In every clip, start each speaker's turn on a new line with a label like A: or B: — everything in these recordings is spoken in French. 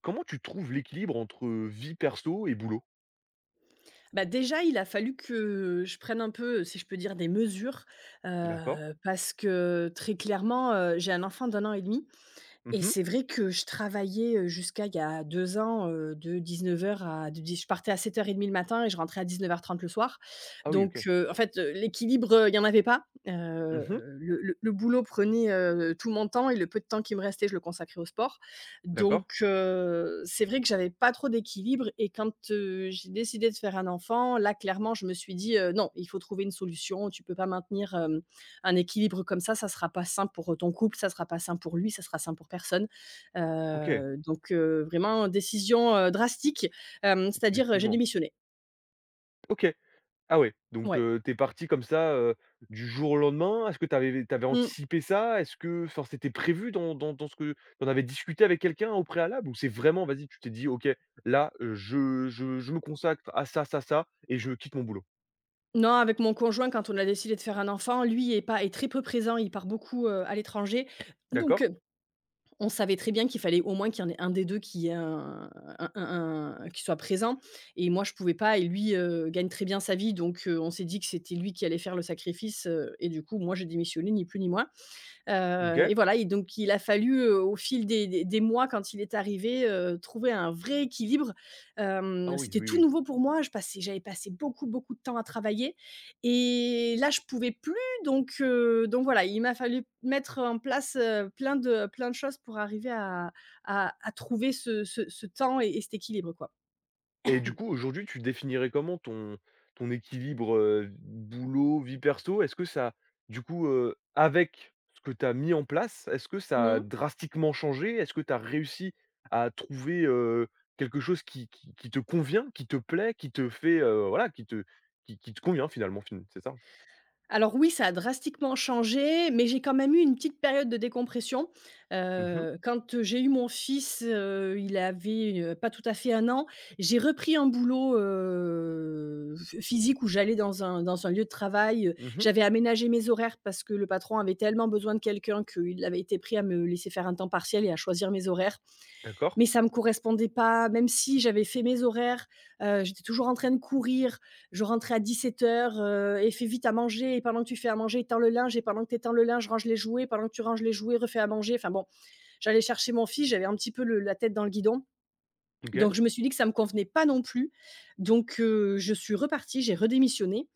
A: Comment tu trouves l'équilibre entre vie perso et boulot?
B: Bah, déjà, il a fallu que je prenne un peu, si je peux dire, des mesures,
A: D'accord.
B: parce que très clairement, j'ai un enfant d'un an et demi. Et
A: Mmh.
B: c'est vrai que je travaillais, jusqu'à il y a 2 ans, de 19h à de di je partais à 7h30 le matin et je rentrais à 19h30 le soir.
A: Ah oui,
B: Donc,
A: OK.
B: en fait, l'équilibre, il y en avait pas. Heu,
A: Mmh.
B: le le le boulot prenait, tout mon temps et le peu de temps qui me restait, je le consacrais au sport.
A: D'accord.
B: Donc, c'est vrai que j'avais pas trop d'équilibre et quand, j'ai décidé de faire un enfant, là, clairement, je me suis dit, «Non, il faut trouver une solution. Tu peux pas maintenir, hem» un équilibre comme ça sera pas sain pour ton couple, ça sera pas sain pour lui, ça sera sain pour personne.
A: OK,
B: Donc vraiment décision, drastique, c'est-à-dire, j'ai
A: effectivement.
B: démissionné.
A: OK. Ah ouais, donc
B: Ouais.
A: tu parti comme ça, du jour au lendemain. Est-ce que t'avais avais
B: Mmh.
A: anticipé ça? Est-ce que enfin, c'était prévu dans ce que t'en avais discuté avec quelqu'un au préalable? Ou c'est vraiment, vas-y, tu t'es dit: «OK, là, je me consacre à ça, ça, ça et je quitte mon boulot»?
B: Non, avec mon conjoint, quand on a décidé de faire un enfant, lui est pas est très peu présent, il part beaucoup, à l'étranger. Donc
A: D'accord.
B: on savait très bien qu'il fallait au moins qu'il y en ait un des 2 qui ait un qui soit présent et moi je pouvais pas et lui, gagne très bien sa vie donc on s'est dit que c'était lui qui allait faire le sacrifice, et du coup moi j'ai démissionné ni plus ni moins.
A: OK.
B: Et voilà et donc il a fallu, au fil des mois quand il est arrivé, trouver un vrai équilibre.
A: Ah oui,
B: C'était
A: oui,
B: tout
A: oui.
B: nouveau pour moi, je passais j'avais passé beaucoup, beaucoup de temps à travailler et là je pouvais plus donc voilà, il m'a fallu mettre en place, plein de choses pour arriver à trouver ce temps et cet équilibre, quoi.
A: Et du coup, aujourd'hui, tu définirais comment ton équilibre, boulot, vie perso? Est-ce que ça du coup, avec ce que tu as mis en place, est-ce que ça a
B: Mmh.
A: drastiquement changé? Est-ce que tu as réussi à trouver, quelque chose qui te convient, qui te plaît, qui te fait, voilà, qui te convient finalement, fin c'est ça?
B: Alors oui, ça a drastiquement changé, mais j'ai quand même eu une petite période de décompression.
A: Mmh mh.
B: J'ai eu mon fils, il avait, pas tout à fait un an, j'ai repris un boulot, physique où j'allais dans un lieu de travail,
A: Mmh.
B: j'avais aménagé mes horaires parce que le patron avait tellement besoin de quelqu'un qu'il avait été pris à me laisser faire un temps partiel et à choisir mes horaires
A: D'accord.
B: mais ça me correspondait pas. Même si j'avais fait mes horaires, j'étais toujours en train de courir. Je rentrais à 17 heures et fais vite à manger. Et pendant que tu fais à manger, étends le linge. Et pendant que tu étends le linge, range les jouets. Pendant que tu ranges les jouets, refais à manger. Enfin bon, j'allais chercher mon fils. J'avais un petit peu la tête dans le guidon.
A: OK.
B: Donc je me suis dit que ça me convenait pas non plus. Donc je suis repartie, j'ai redémissionné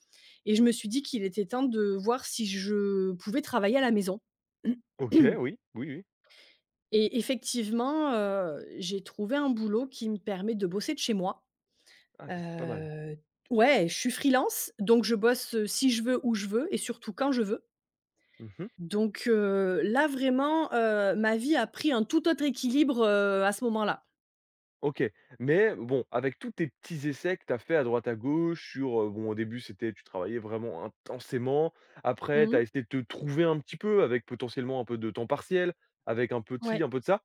B: et je me suis dit qu'il était temps de voir si je pouvais travailler à la maison.
A: OK, oui. Oui, oui.
B: Et effectivement, j'ai trouvé un boulot qui me permet de bosser de chez moi.
A: Ah ça, c'est pas mal.
B: Heu, ouais, je suis freelance, donc je bosse, si je veux, où je veux et surtout quand je veux.
A: Mmh.
B: Donc, là vraiment, ma vie a pris un tout autre équilibre, à ce moment-là.
A: OK, mais bon, avec tous tes petits essais que tu as fait à droite à gauche sur, bon au début c'était tu travaillais vraiment intensément, après tu
B: Mmh.
A: as essayé de te trouver un petit peu avec potentiellement un peu de temps partiel, avec un peu de ci,
B: Ouais.
A: un peu de ça.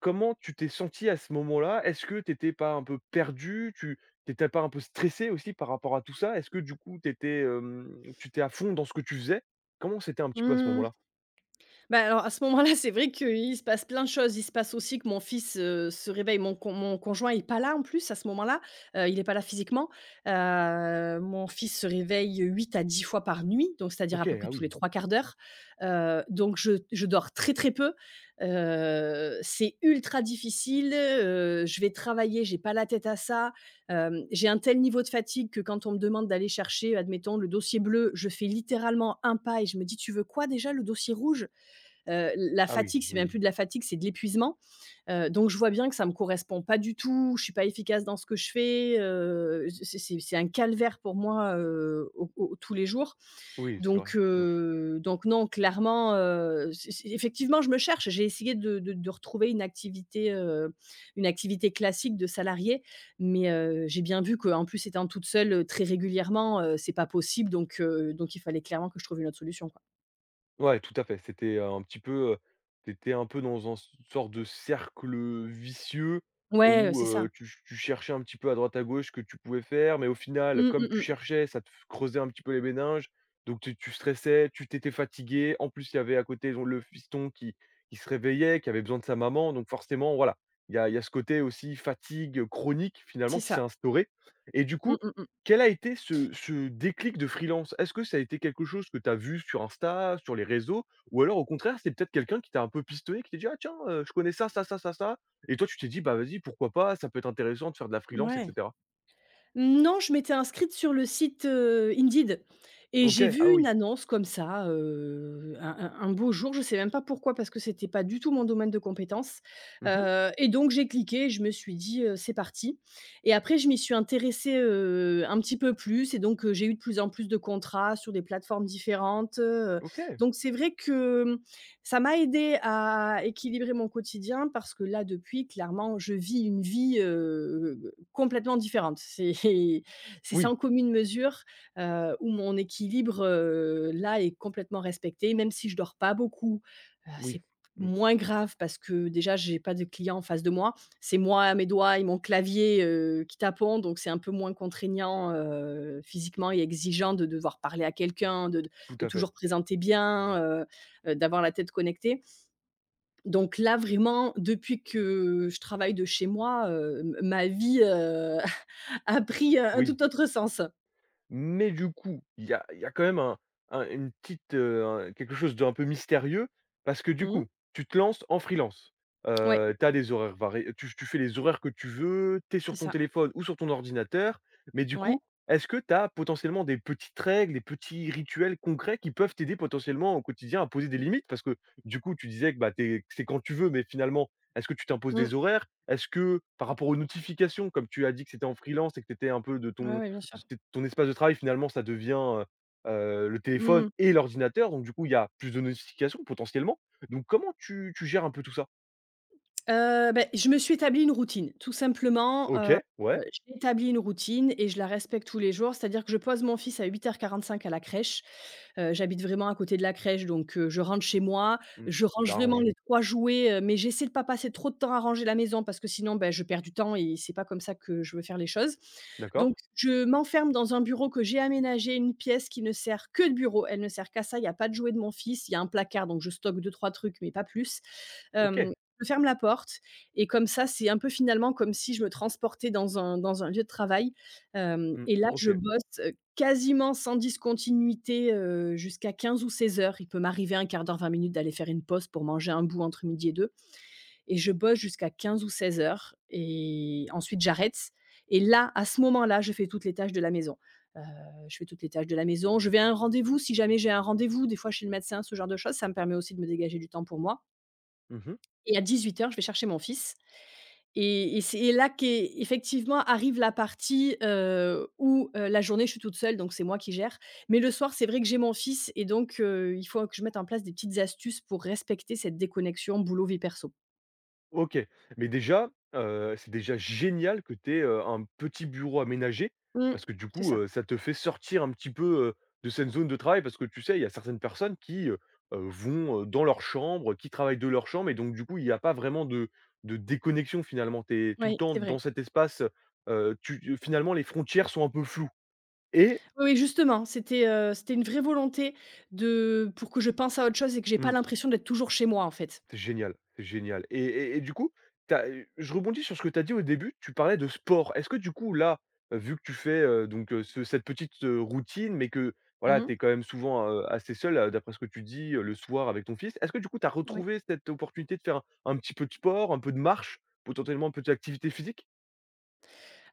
A: Comment tu t'es senti à ce moment-là? Est-ce que tu n'étais pas un peu perdu? Tu n'étais pas un peu stressé aussi par rapport à tout ça? Est-ce que du coup tu étais à fond dans ce que tu faisais? Comment c'était un petit peu à ce
B: Mmh.
A: moment-là?
B: Bah, alors à ce moment-là, c'est vrai qu'il se passe plein de choses. Il se passe aussi que mon fils, se réveille. Mon conjoint est pas là en plus à ce moment-là, il est pas là physiquement. Mon fils se réveille 8 à 10 fois par nuit, donc c'est-à-dire à peu
A: OK,
B: près
A: ah
B: tous les
A: oui,
B: trois quarts d'heure. Donc je dors très, très peu. C'est ultra difficile, je vais travailler, j'ai pas la tête à ça. J'ai un tel niveau de fatigue que quand on me demande d'aller chercher, admettons, le dossier bleu, je fais littéralement un pas et je me dis: «Tu veux quoi déjà, le dossier rouge?» La
A: ah oui,
B: fatigue, c'est même plus
A: oui,
B: de la fatigue, c'est de l'épuisement. Donc je vois bien que ça me correspond pas du tout, je suis pas efficace dans ce que je fais, c'est un calvaire pour moi, au au tous les jours.
A: oui, c'est vrai. Mmh.
B: Donc non, clairement, c'est effectivement, je me cherche. J'ai essayé de retrouver une activité classique de salarié, mais j'ai bien vu qu'en plus étant toute seule, très régulièrement, c'est pas possible donc il fallait clairement que je trouve une autre solution, quoi.
A: Ouais, tout à fait. C'était, un petit peu, tu un peu dans un sorte de cercle, vicieux
B: Ouais,
A: où,
B: c'est ça.
A: tu cherchais un petit peu à droite à gauche ce que tu pouvais faire, mais au final,
B: Mmh,
A: comme
B: mmh
A: tu
B: mh.
A: cherchais, ça te f creusait un petit peu les méninges, donc tu stressais, tu t'étais fatigué. En plus, il y avait à côté donc le fiston qui se réveillait, qui avait besoin de sa maman, donc forcément, voilà, il y a ce côté aussi fatigue chronique finalement
B: C'est
A: qui s'est
B: ça.
A: instauré et du
B: Mmh
A: coup
B: mmh mh, mmh.
A: quel a été ce déclic de freelance? Est-ce que ça a été quelque chose que tu as vu sur Insta, sur les réseaux? Ou alors au contraire, c'est peut-être quelqu'un qui t'a un peu pistonné, qui t'a dit: «Ah tiens, je connais ça, ça, ça, ça, ça» et toi tu t'es dit: «Bah vas-y, pourquoi pas? Ça peut être intéressant de faire de la freelance et
B: Mouais.
A: cetera».
B: Non, je m'étais inscrite sur le site, Indeed et j'ai
A: OK, ah
B: vu une
A: oui.
B: annonce comme ça, un beau jour, je sais même pas pourquoi parce que c'était pas du tout mon domaine de compétence,
A: Mmh.
B: et donc j'ai cliqué et je me suis dit, «C'est parti» et après je m'y suis intéressée, un petit peu plus et donc, j'ai eu de plus en plus de contrats sur des plateformes différentes,
A: OK.
B: donc c'est vrai que, ça m'a aidé à équilibrer mon quotidien parce que là, depuis, clairement, je vis une vie, complètement différente. C'est c'est sans
A: Oui,
B: commune mesure, où mon équilibre, là, est complètement respecté. Même si je dors pas beaucoup,
A: oui.
B: c'est
A: Mmh,
B: moins grave parce que déjà j'ai pas de clients en face de moi. C'est moi, mes doigts et mon clavier, qui tapons, donc c'est un peu moins contraignant, physiquement et exigeant de devoir parler à quelqu'un,
A: tout
B: de
A: à fait.
B: toujours présenter bien, d'avoir la tête connectée. Donc là, vraiment, depuis que je travaille de chez moi, ma vie a pris un
A: Oui.
B: tout autre sens.
A: Mais du coup, il y a quand même un quelque chose d'un peu mystérieux parce que du
B: Mmh.
A: coup, tu te lances en freelance.
B: Ouais,
A: Tu des horaires variés, tu fais les horaires que tu veux, tu es
B: c'est
A: sur ton
B: ça.
A: téléphone ou sur ton ordinateur. Mais du
B: Ouais.
A: coup, est-ce que tu as potentiellement des petites règles, des petits rituels concrets qui peuvent t'aider potentiellement au quotidien à poser des limites? Parce que du coup, tu disais que, bah, tu es c'est quand tu veux, mais finalement, est-ce que tu t'imposes
B: Mmh.
A: des horaires? Est-ce que par rapport aux notifications, comme tu as dit que c'était en freelance et que tu étais un peu de
B: Ouais,
A: ton
B: ouais, bien sûr.
A: c'est ton espace de travail finalement ça devient, le téléphone
B: Mmh.
A: et l'ordinateur donc du coup il y a plus de notifications potentiellement. Donc comment tu gères un peu tout ça?
B: Je me suis établi une routine, tout simplement,
A: OK, ouais,
B: j'ai établi une routine et je la respecte tous les jours. C'est-à-dire que je pose mon fils à 8h45 à la crèche. J'habite vraiment à côté de la crèche, donc je rentre chez moi,
A: mmh,
B: je range
A: ça
B: vraiment
A: arrange.
B: les 3 jouets, mais j'essaie de pas passer trop de temps à ranger la maison parce que sinon, ben, je perds du temps et c'est pas comme ça que je veux faire les choses.
A: D'accord.
B: Donc je m'enferme dans un bureau que j'ai aménagé, une pièce qui ne sert que de bureau. Elle ne sert qu'à ça, il y a pas de jouets de mon fils, il y a un placard, donc je stocke deux trois trucs, mais pas plus. Hem,
A: OK.
B: je ferme la porte et comme ça, c'est un peu finalement comme si je me transportais dans un lieu de travail. Hem
A: Mmh,
B: Et là, je
A: OK.
B: bosse quasiment sans discontinuité, jusqu'à 15h ou 16h. Il peut m'arriver un quart d'heure, 20 minutes d'aller faire une pause pour manger un bout entre midi et deux, et je bosse jusqu'à 15h ou 16h. Et ensuite j'arrête et là, à ce moment-là, je fais toutes les tâches de la maison. Heu, je fais toutes les tâches de la maison. Je vais à un rendez-vous, si jamais j'ai un rendez-vous, des fois chez le médecin, ce genre de choses, ça me permet aussi de me dégager du temps pour moi
A: Mmh.
B: et à 18h, je vais chercher mon fils et c'est là qu'effectivement arrive la partie, où, la journée je suis toute seule donc c'est moi qui gère. Mais le soir, c'est vrai que j'ai mon fils et donc il faut que je mette en place des petites astuces pour respecter cette déconnexion boulot vie perso.
A: OK, mais déjà, c'est déjà génial que tu aies, un petit bureau aménagé
B: Mmh.
A: parce que du
B: C'est
A: coup,
B: ça.
A: ça te fait sortir un petit peu, de cette zone de travail parce que tu sais, il y a certaines personnes qui, vont, dans leur chambre, qui travaillent de leur chambre et donc du coup, il y a pas vraiment de déconnexion finalement. Tu es tout le
B: Oui,
A: temps
B: c'est vrai.
A: dans cet espace, tu finalement les frontières sont un peu floues et
B: Oui, oui, justement, c'était une vraie volonté de pour que je pense à autre chose et que j'ai pas
A: mmh.
B: l'impression d'être toujours chez moi, en fait.
A: C'est génial, c'est génial. Et du coup, tu as, je rebondis sur ce que tu as dit au début, tu parlais de sport. Est-ce que du coup là, vu que tu fais, ce cette petite, routine, mais que voilà, tu
B: Mmh.
A: es quand même souvent, assez seul, d'après ce que tu dis, le soir avec ton fils. Est-ce que du coup tu as
B: Oui.
A: retrouvé cette opportunité de faire un petit peu de sport, un peu de marche, potentiellement un peu d'activité physique?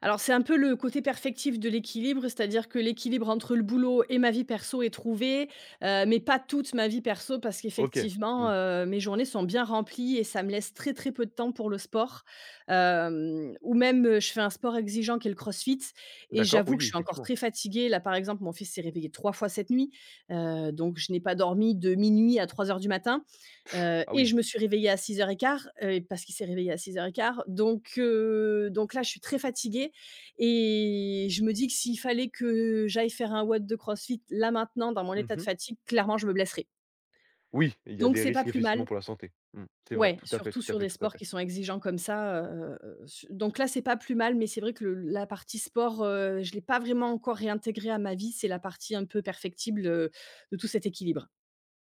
B: Alors, c'est un peu le côté perfectif de l'équilibre, c'est-à-dire que l'équilibre entre le boulot et ma vie perso est trouvé, mais pas toute ma vie perso parce
A: OK.
B: qu'effectivement,
A: Mmh.
B: mes journées sont bien remplies et ça me laisse très, très peu de temps pour le sport. Ou même, je fais un sport exigeant qui est le crossfit et
A: D'accord,
B: j'avoue
A: oui,
B: que je
A: oui,
B: suis encore
A: effectivement.
B: très fatiguée. Là, par exemple, mon fils s'est réveillé 3 fois cette nuit, donc je n'ai pas dormi de minuit à 3 heures du matin, heu
A: Ah
B: et
A: oui.
B: je me suis réveillée à 06:15, parce qu'il s'est réveillé à 06:15. Donc là, je suis très fatiguée et je me dis que s'il fallait que j'aille faire un watt de CrossFit là maintenant dans mon état de
A: Mmh.
B: fatigue, clairement je me blesserais.
A: Oui, il y a
B: Donc
A: des
B: c'est pas
A: risques
B: plus
A: effectivement
B: mal.
A: pour la santé. Mmh. C'est vrai,
B: Ouais,
A: tout à fait,
B: surtout
A: tout à
B: sur
A: fait,
B: des
A: tout à
B: sports
A: fait.
B: qui sont exigeants comme ça, su donc là, c'est pas plus mal, mais c'est vrai que le la partie sport, je l'ai pas vraiment encore réintégrée à ma vie, c'est la partie un peu perfectible, de tout cet équilibre.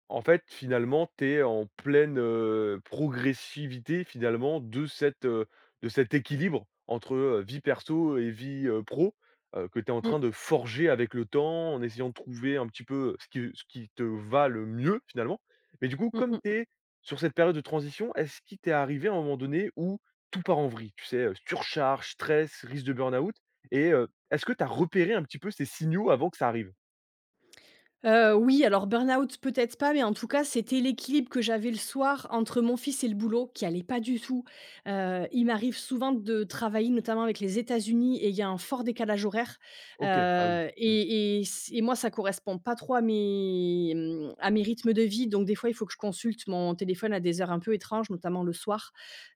A: En fait, finalement, tu es en pleine, progressivité finalement de cet équilibre entre, vie perso et vie, pro, que tu es en
B: Mmh.
A: train de forger avec le temps, en essayant de trouver un petit peu ce qui te va le mieux finalement. Mais du coup,
B: Mmh
A: comme tu
B: mh.
A: es sur cette période de transition, est-ce qu'il t'est arrivé à un moment donné où tout part en vrille? Tu sais, surcharge, stress, risque de burn-out et est-ce que tu as repéré un petit peu ces signaux avant que ça arrive?
B: Oui, alors burn-out peut-être pas, mais en tout cas, c'était l'équilibre que j'avais le soir entre mon fils et le boulot qui allait pas du tout. Il m'arrive souvent de travailler notamment avec les États-Unis et il y a un fort décalage horaire,
A: OK, ah oui,
B: heu
A: mmh,
B: et et c et moi, ça correspond pas trop à mes, à mes rythmes de vie, donc des fois, il faut que je consulte mon téléphone à des heures un peu étranges, notamment le soir,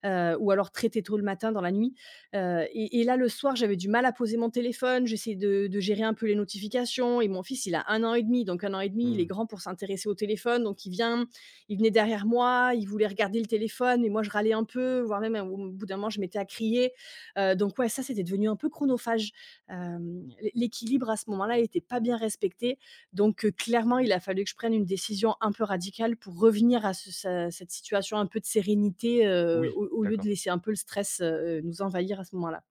B: ou alors très, très tôt le matin dans la nuit. Et là, le soir, j'avais du mal à poser mon téléphone, j'essayais de gérer un peu les notifications et mon fils, il a un an et demi, donc un an et demi, il est
A: mmh,
B: grand pour s'intéresser au téléphone, donc il venait derrière moi, il voulait regarder le téléphone et moi, je râlais un peu, voire même au bout d'un moment, je m'étais à crier. Donc ouais, ça, c'était devenu un peu chronophage. Hem, l'équilibre à ce moment-là n'était pas bien respecté donc, clairement, il a fallu que je prenne une décision un peu radicale pour revenir à ce ce cette situation un peu de sérénité, heu,
A: oui,
B: au au lieu de
A: d'accord.
B: laisser un peu le stress, nous envahir à ce moment-là.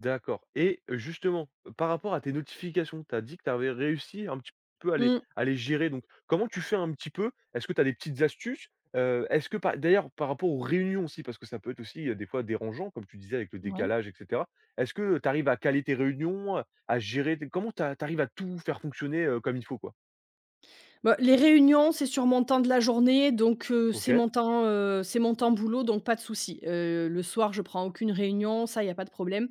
A: D'accord et justement, par rapport à tes notifications, tu as dit que tu avais réussi un petit peu à les
B: Mmh.
A: à les gérer donc comment tu fais un petit peu? Est-ce que tu as des petites astuces? Est-ce que par d'ailleurs par rapport aux réunions aussi, parce que ça peut être aussi, des fois dérangeant comme tu disais avec le
B: Ouais.
A: décalage et cetera. Est-ce que tu arrives à caler tes réunions, à gérer tes comment tu arrives à tout faire fonctionner, comme il faut quoi?
B: Bah, les réunions, c'est sur mon temps de la journée,
A: OK.
B: c'est mon temps boulot, donc pas de souci. Le soir, je prends aucune réunion, ça, il y a pas de problème.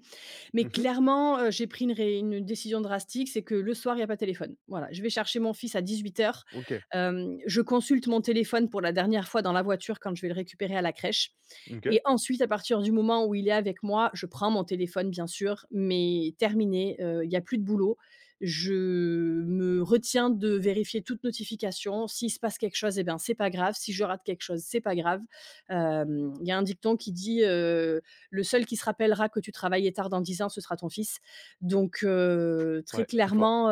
B: Mais
A: Mmh.
B: clairement, j'ai pris une décision drastique, c'est que le soir, il y a pas de téléphone. Voilà, je vais chercher mon fils à 18:00,
A: OK.
B: heures. Je consulte mon téléphone pour la dernière fois dans la voiture quand je vais le récupérer à la crèche
A: OK.
B: et ensuite, à partir du moment où il est avec moi, je prends mon téléphone, bien sûr, mais terminé, il y a plus de boulot. Je me retiens de vérifier toute notification. S'il se passe quelque chose, eh ben, c'est pas grave. Si je rate quelque chose, c'est pas grave. Hem, il y a un dicton qui dit, «Le seul qui se rappellera que tu travaillais tard dans 10 ans, ce sera ton fils». Très
A: Ouais, c'est fort.
B: clairement,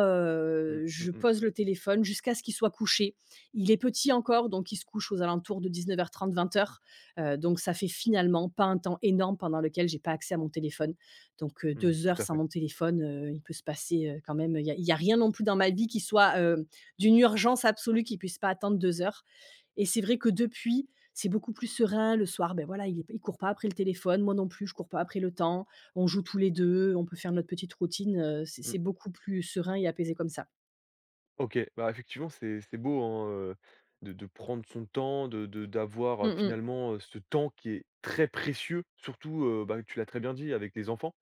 A: Mmh, mmh
B: je
A: mh.
B: pose le téléphone jusqu'à ce qu'il soit couché. Il est petit encore, donc il se couche aux alentours de 19:30-20:00. Donc ça fait finalement pas un temps énorme pendant lequel j'ai pas accès à mon téléphone. Donc,
A: Mmh,
B: 2 heures
A: tout à
B: sans
A: fait.
B: mon téléphone, il peut se passer, quand même, il y a rien non plus dans ma vie qui soit, d'une urgence absolue qui puisse pas attendre 2 heures. Et c'est vrai que depuis, c'est beaucoup plus serein. Le soir, ben voilà, il est court pas après le téléphone, moi non plus, je cours pas après le temps. On joue tous les 2, on peut faire notre petite routine, heu, c'est
A: Mmh.
B: c'est beaucoup plus serein et apaisé comme ça.
A: OK, bah, effectivement, c'est beau, hein, de prendre son temps, de d'avoir,
B: Mmh mh.
A: finalement, ce temps qui est très précieux, surtout, bah, tu l'as très bien dit, avec les enfants.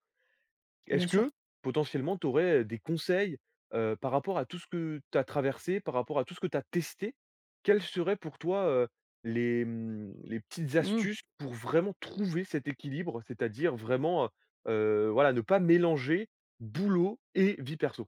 B: Bien
A: Est-ce que,
B: sûr.
A: potentiellement, tu aurais, des conseils, par rapport à tout ce que tu as traversé, par rapport à tout ce que tu as testé? Quelles seraient pour toi, les petites
B: Mmh.
A: astuces pour vraiment trouver cet équilibre? C'est-à-dire vraiment, voilà, ne pas mélanger boulot et vie perso.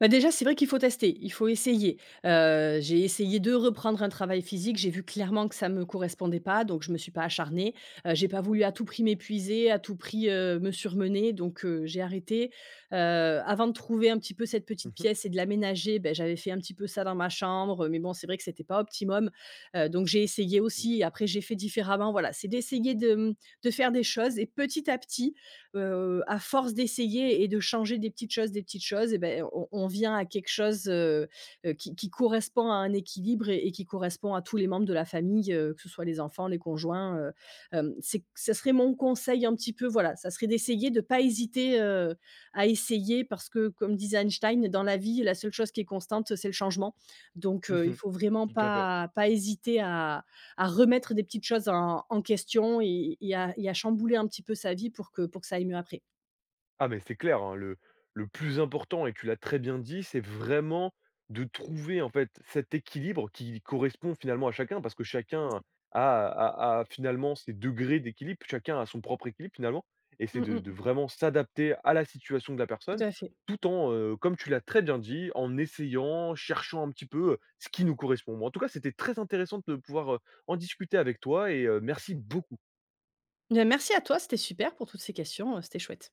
B: Bah, déjà, c'est vrai qu'il faut tester, il faut essayer. J'ai essayé de reprendre un travail physique, j'ai vu clairement que ça me correspondait pas, donc je me suis pas acharnée. J'ai pas voulu à tout prix m'épuiser, à tout prix, me surmener, j'ai arrêté. Heu, avant de trouver un petit peu cette
A: Mmh
B: petite
A: mh.
B: pièce et de l'aménager, ben j'avais fait un petit peu ça dans ma chambre, mais bon, c'est vrai que c'était pas optimum. Donc j'ai essayé aussi, après j'ai fait différemment. Voilà, c'est d'essayer de, de faire des choses et petit à petit, à force d'essayer et de changer des petites choses et ben on vient à quelque chose, qui correspond à un équilibre et qui correspond à tous les membres de la famille, que ce soit les enfants, les conjoints, hem, c'est ça serait mon conseil un petit peu, voilà, ça serait d'essayer de pas hésiter, à essayer parce que comme disait Einstein: «Dans la vie, la seule chose qui est constante, c'est le changement». Il
A: Mmh.
B: faut vraiment
A: Tout à fait.
B: pas hésiter à remettre des petites choses en question et à chambouler un petit peu sa vie pour que ça aille mieux après.
A: Ah mais c'est clair, hein, le plus important et tu l'as très bien dit, c'est vraiment de trouver en fait cet équilibre qui correspond finalement à chacun parce que chacun a finalement ses degrés d'équilibre, chacun a son propre équilibre finalement et c'est
B: Mmh
A: de
B: mh.
A: de vraiment s'adapter à la situation de la
B: Tout
A: personne
B: à fait.
A: tout en, comme tu l'as très bien dit, en essayant, cherchant un petit peu, ce qui nous correspond. Bon, en tout cas, c'était très intéressant de pouvoir, en discuter avec toi et merci beaucoup.
B: Bien merci à toi, c'était super pour toutes ces questions, c'était chouette.